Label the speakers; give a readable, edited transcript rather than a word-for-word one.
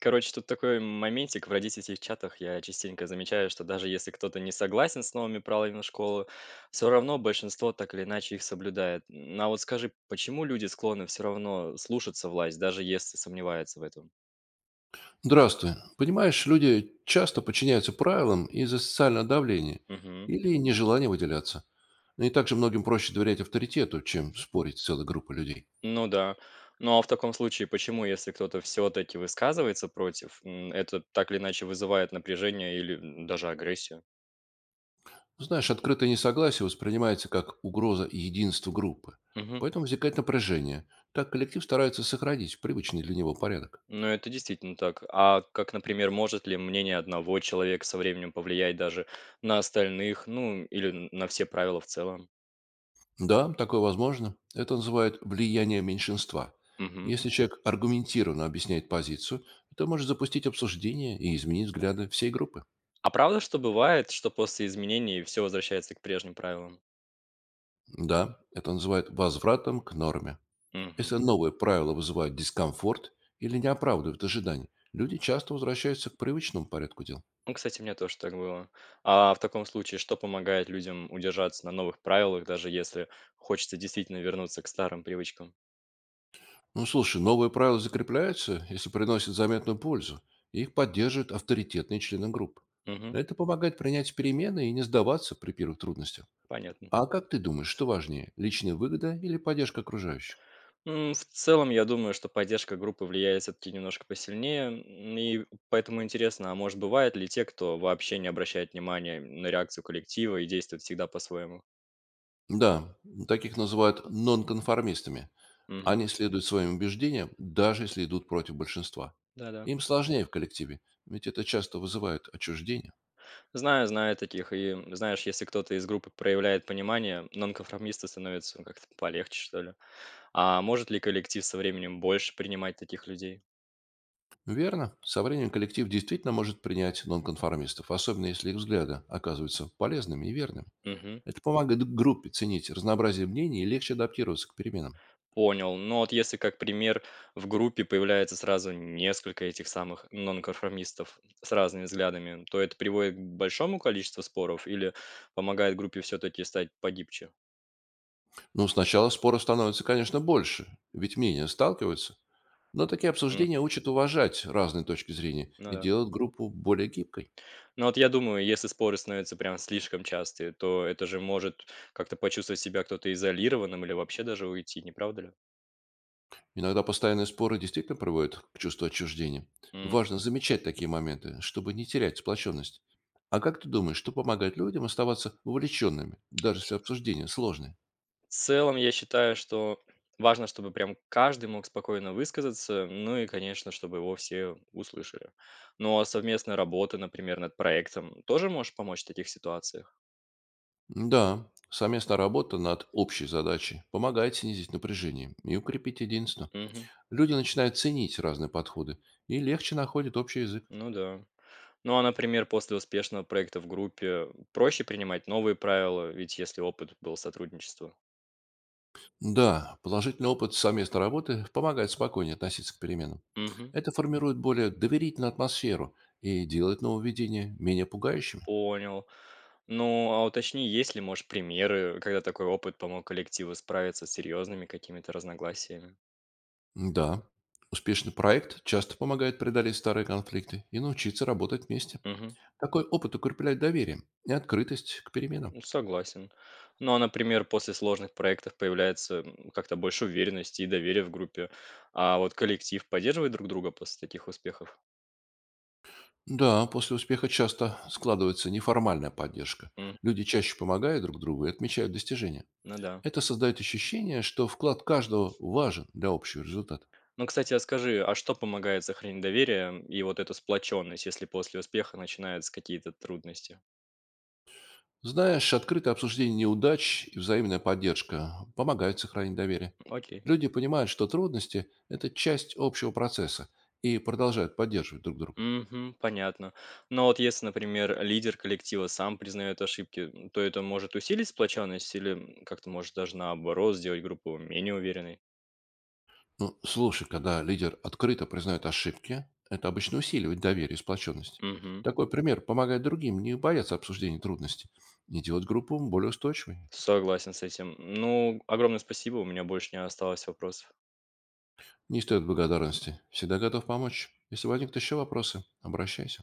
Speaker 1: Короче, тут такой моментик в родительских чатах. Я частенько замечаю, что даже если кто-то не согласен с новыми правилами школы, все равно большинство так или иначе их соблюдает. А вот скажи, почему люди склонны все равно слушаться власть, даже если сомневаются в этом?
Speaker 2: Здравствуй. Понимаешь, люди часто подчиняются правилам из-за социального давления
Speaker 1: Мгм.
Speaker 2: или нежелания выделяться. Ну и также многим проще доверять авторитету, чем спорить с целой группой людей.
Speaker 1: Ну да. Ну а в таком случае, почему, если кто-то все-таки высказывается против, это так или иначе вызывает напряжение или даже агрессию?
Speaker 2: Знаешь, открытое несогласие воспринимается как угроза единству группы.
Speaker 1: Мгм.
Speaker 2: Поэтому возникает напряжение. Так коллектив старается сохранить привычный для него порядок.
Speaker 1: Ну, это действительно так. А как, например, может ли мнение одного человека со временем повлиять даже на остальных, ну, или на все правила в целом?
Speaker 2: Да, такое возможно. Это называют влияние меньшинства.
Speaker 1: Мгм.
Speaker 2: Если человек аргументированно объясняет позицию, это может запустить обсуждение и изменить взгляды всей группы.
Speaker 1: А правда, что бывает, что после изменений все возвращается к прежним правилам?
Speaker 2: Да, это называют возвратом к норме. Если
Speaker 1: Мгм.
Speaker 2: новые правила вызывают дискомфорт или не оправдывают ожиданий, люди часто возвращаются к привычному порядку дел.
Speaker 1: Ну, кстати, у меня тоже так было. А в таком случае, что помогает людям удержаться на новых правилах, даже если хочется действительно вернуться к старым привычкам?
Speaker 2: Ну, слушай, новые правила закрепляются, если приносят заметную пользу, и их поддерживают авторитетные члены групп.
Speaker 1: Мгм.
Speaker 2: Это помогает принять перемены и не сдаваться при первых трудностях.
Speaker 1: Понятно.
Speaker 2: А как ты думаешь, что важнее, личная выгода или поддержка окружающих?
Speaker 1: В целом, я думаю, что поддержка группы влияет все-таки немножко посильнее. И поэтому интересно, а может, бывают ли те, кто вообще не обращает внимания на реакцию коллектива и действует всегда по-своему?
Speaker 2: Да, таких называют нонконформистами.
Speaker 1: Мгм.
Speaker 2: Они следуют своим убеждениям, даже если идут против большинства.
Speaker 1: Да-да.
Speaker 2: Им сложнее в коллективе, ведь это часто вызывает отчуждение.
Speaker 1: Знаю, знаю таких. И знаешь, если кто-то из группы проявляет понимание, нонконформисты становятся, ну, как-то полегче, что ли. А может ли коллектив со временем больше принимать таких людей?
Speaker 2: Верно, со временем коллектив действительно может принять нонконформистов, особенно если их взгляды оказываются полезными и верными.
Speaker 1: Мгм.
Speaker 2: Это помогает группе ценить разнообразие мнений и легче адаптироваться к переменам.
Speaker 1: Понял. Но вот если как пример в группе появляется сразу несколько этих самых нонконформистов с разными взглядами, то это приводит к большому количеству споров или помогает группе все-таки стать погибче?
Speaker 2: Но сначала споров становится, конечно, больше, ведь мнения сталкиваются. Но такие
Speaker 1: М.
Speaker 2: обсуждения учат уважать разные точки зрения
Speaker 1: Ну
Speaker 2: и
Speaker 1: да.
Speaker 2: делают группу более гибкой.
Speaker 1: Ну вот я думаю, если споры становятся прям слишком частые, то это же может как-то почувствовать себя кто-то изолированным или вообще даже уйти, не правда ли?
Speaker 2: Иногда постоянные споры действительно приводят к чувству отчуждения. Важно замечать такие моменты, чтобы не терять сплоченность. А как ты думаешь, что помогает людям оставаться увлеченными, даже если обсуждения сложные?
Speaker 1: В целом, я считаю, что важно, чтобы прям каждый мог спокойно высказаться, ну и, конечно, чтобы его все услышали. Но совместная работа, например, над проектом тоже может помочь в таких ситуациях?
Speaker 2: Да, совместная работа над общей задачей помогает снизить напряжение и укрепить единство.
Speaker 1: Мгм.
Speaker 2: Люди начинают ценить разные подходы и легче находят общий язык.
Speaker 1: Ну да. Ну а, например, после успешного проекта в группе проще принимать новые правила, ведь если опыт был сотрудничества.
Speaker 2: Да, положительный опыт совместной работы помогает спокойнее относиться к переменам.
Speaker 1: Мгм.
Speaker 2: Это формирует более доверительную атмосферу и делает нововведения менее пугающими.
Speaker 1: Понял. Ну, а уточни, есть ли, может, примеры, когда такой опыт помог коллективу справиться с серьезными какими-то разногласиями?
Speaker 2: Да, успешный проект часто помогает преодолеть старые конфликты и научиться работать вместе.
Speaker 1: Мгм.
Speaker 2: Такой опыт укрепляет доверие и открытость к переменам.
Speaker 1: Ну, согласен. Ну, а, например, после сложных проектов появляется как-то больше уверенности и доверия в группе. А вот коллектив поддерживает друг друга после таких успехов?
Speaker 2: Да, после успеха часто складывается неформальная поддержка.
Speaker 1: М.
Speaker 2: Люди чаще помогают друг другу и отмечают достижения.
Speaker 1: Ну да.
Speaker 2: Это создает ощущение, что вклад каждого важен для общего результата.
Speaker 1: Ну, кстати, а скажи, а что помогает сохранить доверие и вот эту сплоченность, если после успеха начинаются какие-то трудности?
Speaker 2: Знаешь, открытое обсуждение неудач и взаимная поддержка помогают сохранить доверие.
Speaker 1: Окей.
Speaker 2: Люди понимают, что трудности– это часть общего процесса и продолжают поддерживать друг друга.
Speaker 1: Мгм, понятно. Но вот если, например, лидер коллектива сам признает ошибки, то это может усилить сплоченность или как-то может даже наоборот сделать группу менее уверенной?
Speaker 2: Ну, слушай, когда лидер открыто признает ошибки, это обычно усиливает доверие и сплоченность.
Speaker 1: Мгм.
Speaker 2: Такой пример помогает другим не бояться обсуждения трудностей и делать группу более устойчивой.
Speaker 1: Согласен с этим. Ну, огромное спасибо, у меня больше не осталось вопросов.
Speaker 2: Не стоит благодарности. Всегда готов помочь. Если возникнут еще вопросы, обращайся.